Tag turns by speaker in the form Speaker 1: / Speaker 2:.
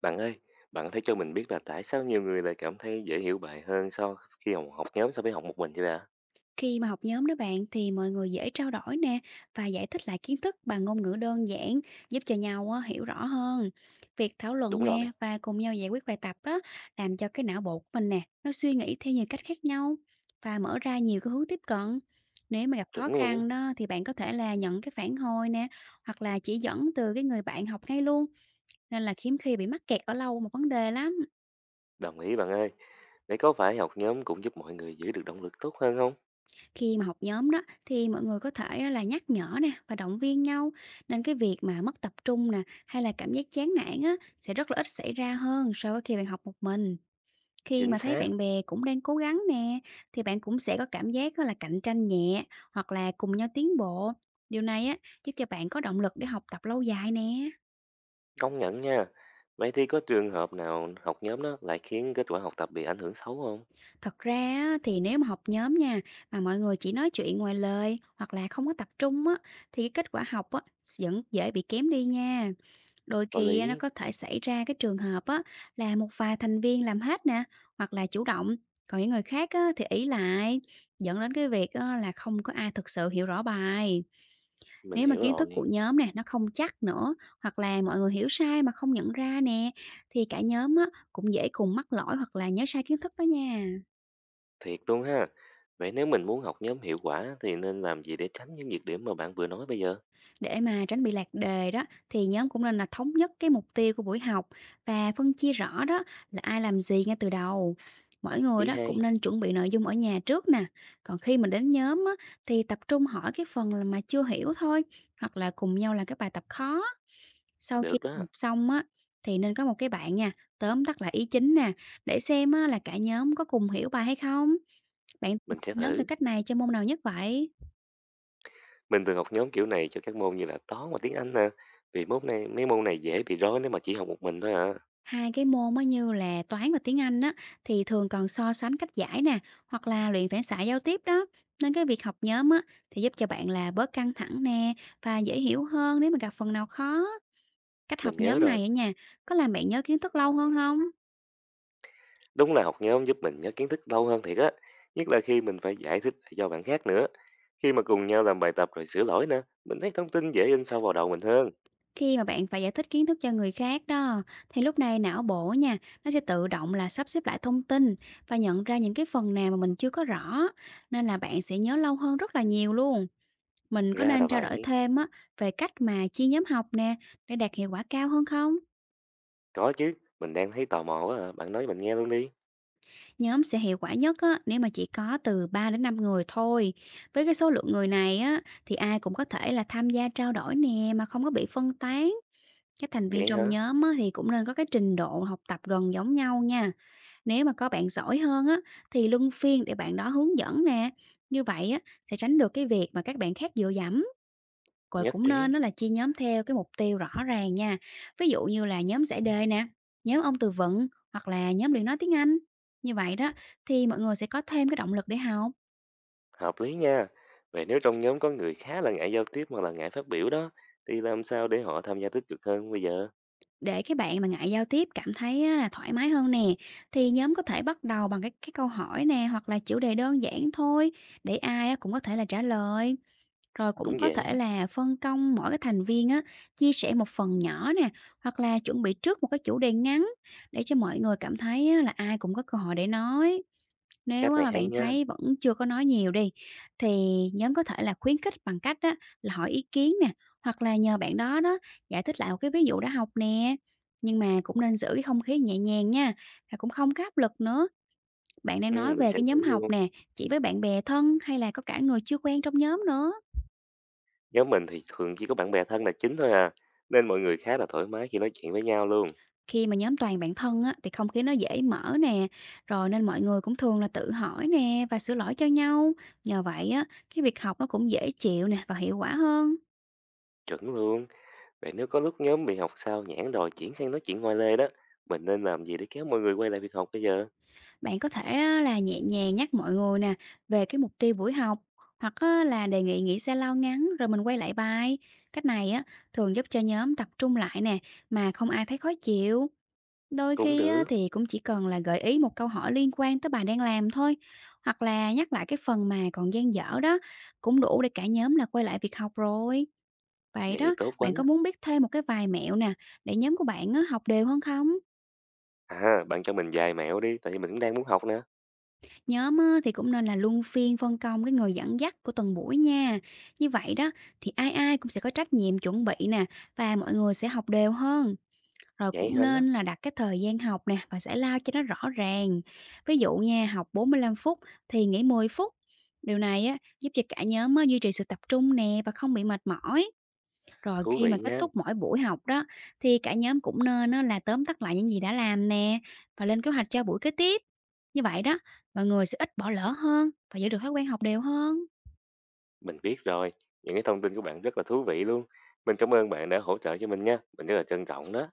Speaker 1: Bạn ơi, bạn có thể cho mình biết là tại sao nhiều người lại cảm thấy dễ hiểu bài hơn so khi học học nhóm so với học một mình vậy ạ?
Speaker 2: Khi mà học nhóm đó bạn thì mọi người dễ trao đổi nè, và giải thích lại kiến thức bằng ngôn ngữ đơn giản giúp cho nhau á, hiểu rõ hơn. Việc thảo luận
Speaker 1: Đúng rồi,
Speaker 2: nè và cùng nhau giải quyết bài tập đó làm cho cái não bộ của mình nè nó suy nghĩ theo nhiều cách khác nhau và mở ra nhiều cái hướng tiếp cận. Nếu mà gặp khó
Speaker 1: chuẩn luôn.
Speaker 2: khăn đó thì bạn có thể là nhận cái phản hồi nè hoặc là chỉ dẫn từ cái người bạn học ngay luôn, nên là hiếm khi bị mắc kẹt ở lâu một vấn đề lắm.
Speaker 1: Đồng ý bạn ơi. Vậy có phải học nhóm cũng giúp mọi người giữ được động lực tốt hơn không?
Speaker 2: Khi mà học nhóm đó thì mọi người có thể á là nhắc nhở nè và động viên nhau, nên cái việc mà mất tập trung nè hay là cảm giác chán nản á sẽ rất là ít xảy ra hơn so với khi bạn học một mình. Khi
Speaker 1: Chính
Speaker 2: mà thấy
Speaker 1: xác,
Speaker 2: bạn bè cũng đang cố gắng nè thì bạn cũng sẽ có cảm giác á là cạnh tranh nhẹ hoặc là cùng nhau tiến bộ. Điều này á giúp cho bạn có động lực để học tập lâu dài nè.
Speaker 1: công nhận nha. Vậy thì có trường hợp nào học nhóm đó lại khiến kết quả học tập bị ảnh hưởng xấu không?
Speaker 2: Thật ra á, thì nếu mà học nhóm nha mà mọi người chỉ nói chuyện ngoài lời hoặc là không có tập trung á, thì cái kết quả học á vẫn dễ bị kém đi nha. Đôi
Speaker 1: Có
Speaker 2: khi á, nó
Speaker 1: lý,
Speaker 2: có thể xảy ra cái trường hợp á, là một vài thành viên làm hết nè hoặc là chủ động, còn những người khác á, thì ỷ lại, dẫn đến cái việc á, là không có ai thực sự hiểu rõ bài.
Speaker 1: mình
Speaker 2: Nếu mà
Speaker 1: hiểu
Speaker 2: kiến thức
Speaker 1: rồi.
Speaker 2: của nhóm nè nó không chắc nữa, hoặc là mọi người hiểu sai mà không nhận ra nè, thì cả nhóm á, cũng dễ cùng mắc lỗi hoặc là nhớ sai kiến thức đó nha.
Speaker 1: Thiệt luôn ha. Vậy nếu mình muốn học nhóm hiệu quả thì nên làm gì để tránh những nhược điểm mà bạn vừa nói bây giờ?
Speaker 2: Để mà tránh bị lạc đề đó, thì nhóm cũng nên là thống nhất cái mục tiêu của buổi học và phân chia rõ đó là ai làm gì ngay từ đầu. Mỗi người
Speaker 1: Ý
Speaker 2: đó
Speaker 1: hay,
Speaker 2: cũng nên chuẩn bị nội dung ở nhà trước nè. Còn khi mình đến nhóm á, thì tập trung hỏi cái phần là mà chưa hiểu thôi, hoặc là cùng nhau làm các bài tập khó. Sau khi
Speaker 1: được đó,
Speaker 2: học xong á, thì nên có một cái bạn nha, tóm tắt lại ý chính nè để xem á, là cả nhóm có cùng hiểu bài hay không. Bạn
Speaker 1: mình
Speaker 2: học
Speaker 1: sẽ
Speaker 2: nhóm
Speaker 1: thử.
Speaker 2: theo cách này cho môn nào nhất vậy?
Speaker 1: Mình thường học nhóm kiểu này cho các môn như là toán và tiếng Anh nè. Vì môn này, mấy môn này dễ bị rối nếu mà chỉ học một mình thôi à.
Speaker 2: Hai cái môn á như là toán và tiếng Anh á, thì thường còn so sánh cách giải nè, hoặc là luyện phản xạ giao tiếp đó. Nên cái việc học nhóm á thì giúp cho bạn là bớt căng thẳng nè, và dễ hiểu hơn nếu mà gặp phần nào khó. Cách
Speaker 1: Mình
Speaker 2: học
Speaker 1: nhớ
Speaker 2: nhóm
Speaker 1: rồi.
Speaker 2: này ở nhà có làm bạn nhớ kiến thức lâu hơn không?
Speaker 1: Đúng là học nhóm giúp mình nhớ kiến thức lâu hơn thiệt á. Nhất là khi mình phải giải thích lại cho bạn khác nữa. Khi mà cùng nhau làm bài tập rồi sửa lỗi nữa, mình thấy thông tin dễ in sâu vào đầu mình hơn.
Speaker 2: Khi mà bạn phải giải thích kiến thức cho người khác đó, thì lúc này não bộ nha, nó sẽ tự động là sắp xếp lại thông tin và nhận ra những cái phần nào mà mình chưa có rõ, nên là bạn sẽ nhớ lâu hơn rất là nhiều luôn. Mình có
Speaker 1: Ra là
Speaker 2: nên trao đổi
Speaker 1: vậy.
Speaker 2: thêm á về cách mà chia nhóm học nè, để đạt hiệu quả cao hơn không?
Speaker 1: Có chứ, mình đang thấy tò mò quá à. Bạn nói mình nghe luôn đi.
Speaker 2: Nhóm sẽ hiệu quả nhất á nếu mà chỉ có từ 3 đến 5 người thôi. Với cái số lượng người này á, thì ai cũng có thể là tham gia trao đổi nè mà không có bị phân tán. Các thành viên
Speaker 1: Vậy
Speaker 2: trong
Speaker 1: hả?
Speaker 2: nhóm á, thì cũng nên có cái trình độ học tập gần giống nhau nha. Nếu mà có bạn giỏi hơn á, thì luân phiên để bạn đó hướng dẫn nè. Như vậy á, sẽ tránh được cái việc mà các bạn khác dựa dẫm. Rồi
Speaker 1: Nhất
Speaker 2: cũng
Speaker 1: trí.
Speaker 2: nên á là chia nhóm theo cái mục tiêu rõ ràng nha. Ví dụ như là nhóm giải đề nè, nhóm ông từ vựng, hoặc là nhóm luyện nói tiếng Anh. Như vậy đó thì mọi người sẽ có thêm cái động lực để học.
Speaker 1: Hợp lý nha. Vậy nếu trong nhóm có người khá là ngại giao tiếp hoặc là ngại phát biểu đó, thì làm sao để họ tham gia tích cực hơn bây giờ?
Speaker 2: Để cái bạn mà ngại giao tiếp cảm thấy á là thoải mái hơn nè, thì nhóm có thể bắt đầu bằng cái câu hỏi nè, hoặc là chủ đề đơn giản thôi, để ai á cũng có thể là trả lời. Rồi cũng
Speaker 1: Cũng
Speaker 2: có
Speaker 1: dễ.
Speaker 2: thể là phân công mỗi cái thành viên á chia sẻ một phần nhỏ nè, hoặc là chuẩn bị trước một cái chủ đề ngắn, để cho mọi người cảm thấy á là ai cũng có cơ hội để nói. Nếu
Speaker 1: Cách
Speaker 2: á
Speaker 1: này
Speaker 2: mà
Speaker 1: hay
Speaker 2: bạn
Speaker 1: nha,
Speaker 2: thấy vẫn chưa có nói nhiều đi, thì nhóm có thể là khuyến khích bằng cách á là hỏi ý kiến nè, hoặc là nhờ bạn đó đó giải thích lại một cái ví dụ đã học nè. Nhưng mà cũng nên giữ cái không khí nhẹ nhàng nha, và cũng không có áp lực nữa. Bạn đang nói
Speaker 1: mình
Speaker 2: về
Speaker 1: sẽ
Speaker 2: cái
Speaker 1: thử
Speaker 2: nhóm học
Speaker 1: luôn.
Speaker 2: nè, chỉ với bạn bè thân hay là có cả người chưa quen trong nhóm nữa.
Speaker 1: Nhóm mình thì thường chỉ có bạn bè thân là chính thôi à, nên mọi người khá là thoải mái khi nói chuyện với nhau luôn.
Speaker 2: Khi mà nhóm toàn bạn thân á, thì không khí nó dễ mở nè, rồi nên mọi người cũng thường là tự hỏi nè và sửa lỗi cho nhau. Nhờ vậy á, cái việc học nó cũng dễ chịu nè và hiệu quả hơn.
Speaker 1: Chuẩn luôn. Vậy nếu có lúc nhóm bị học sao nhãng rồi chuyển sang nói chuyện ngoài lề đó, mình nên làm gì để kéo mọi người quay lại việc học bây giờ?
Speaker 2: Bạn có thể á, là nhẹ nhàng nhắc mọi người nè về cái mục tiêu buổi học, hoặc á, là đề nghị nghỉ giải lao ngắn rồi mình quay lại bài. Cách này á thường giúp cho nhóm tập trung lại nè mà không ai thấy khó chịu. Đôi
Speaker 1: Cũng
Speaker 2: khi á,
Speaker 1: được,
Speaker 2: thì cũng chỉ cần là gợi ý một câu hỏi liên quan tới bài đang làm thôi, hoặc là nhắc lại cái phần mà còn dang dở đó, cũng đủ để cả nhóm là quay lại việc học rồi. Vậy
Speaker 1: vậy thì
Speaker 2: đó,
Speaker 1: tốt quá.
Speaker 2: bạn có muốn biết thêm một cái vài mẹo nè để nhóm của bạn á, học đều hơn không?
Speaker 1: À, bạn cho mình vài mẹo đi, tại vì mình cũng đang muốn học nè.
Speaker 2: Nhóm á, thì cũng nên là luân phiên phân công cái người dẫn dắt của từng buổi nha. Như vậy đó thì ai ai cũng sẽ có trách nhiệm chuẩn bị nè, và mọi người sẽ học đều hơn. Rồi
Speaker 1: Vậy
Speaker 2: cũng
Speaker 1: hả?
Speaker 2: nên là đặt cái thời gian học nè và giải lao cho nó rõ ràng. Ví dụ nha, học 45 phút thì nghỉ 10 phút. Điều này á, giúp cho cả nhóm á, duy trì sự tập trung nè và không bị mệt mỏi. Rồi
Speaker 1: Thú
Speaker 2: khi
Speaker 1: vị
Speaker 2: mà kết
Speaker 1: nha.
Speaker 2: thúc mỗi buổi học đó, thì cả nhóm cũng nên á là tóm tắt lại những gì đã làm nè và lên kế hoạch cho buổi kế tiếp. Như vậy đó, mọi người sẽ ít bỏ lỡ hơn và giữ được thói quen học đều hơn.
Speaker 1: Mình biết rồi, những cái thông tin của bạn rất là thú vị luôn. Mình cảm ơn bạn đã hỗ trợ cho mình nha, mình rất là trân trọng đó.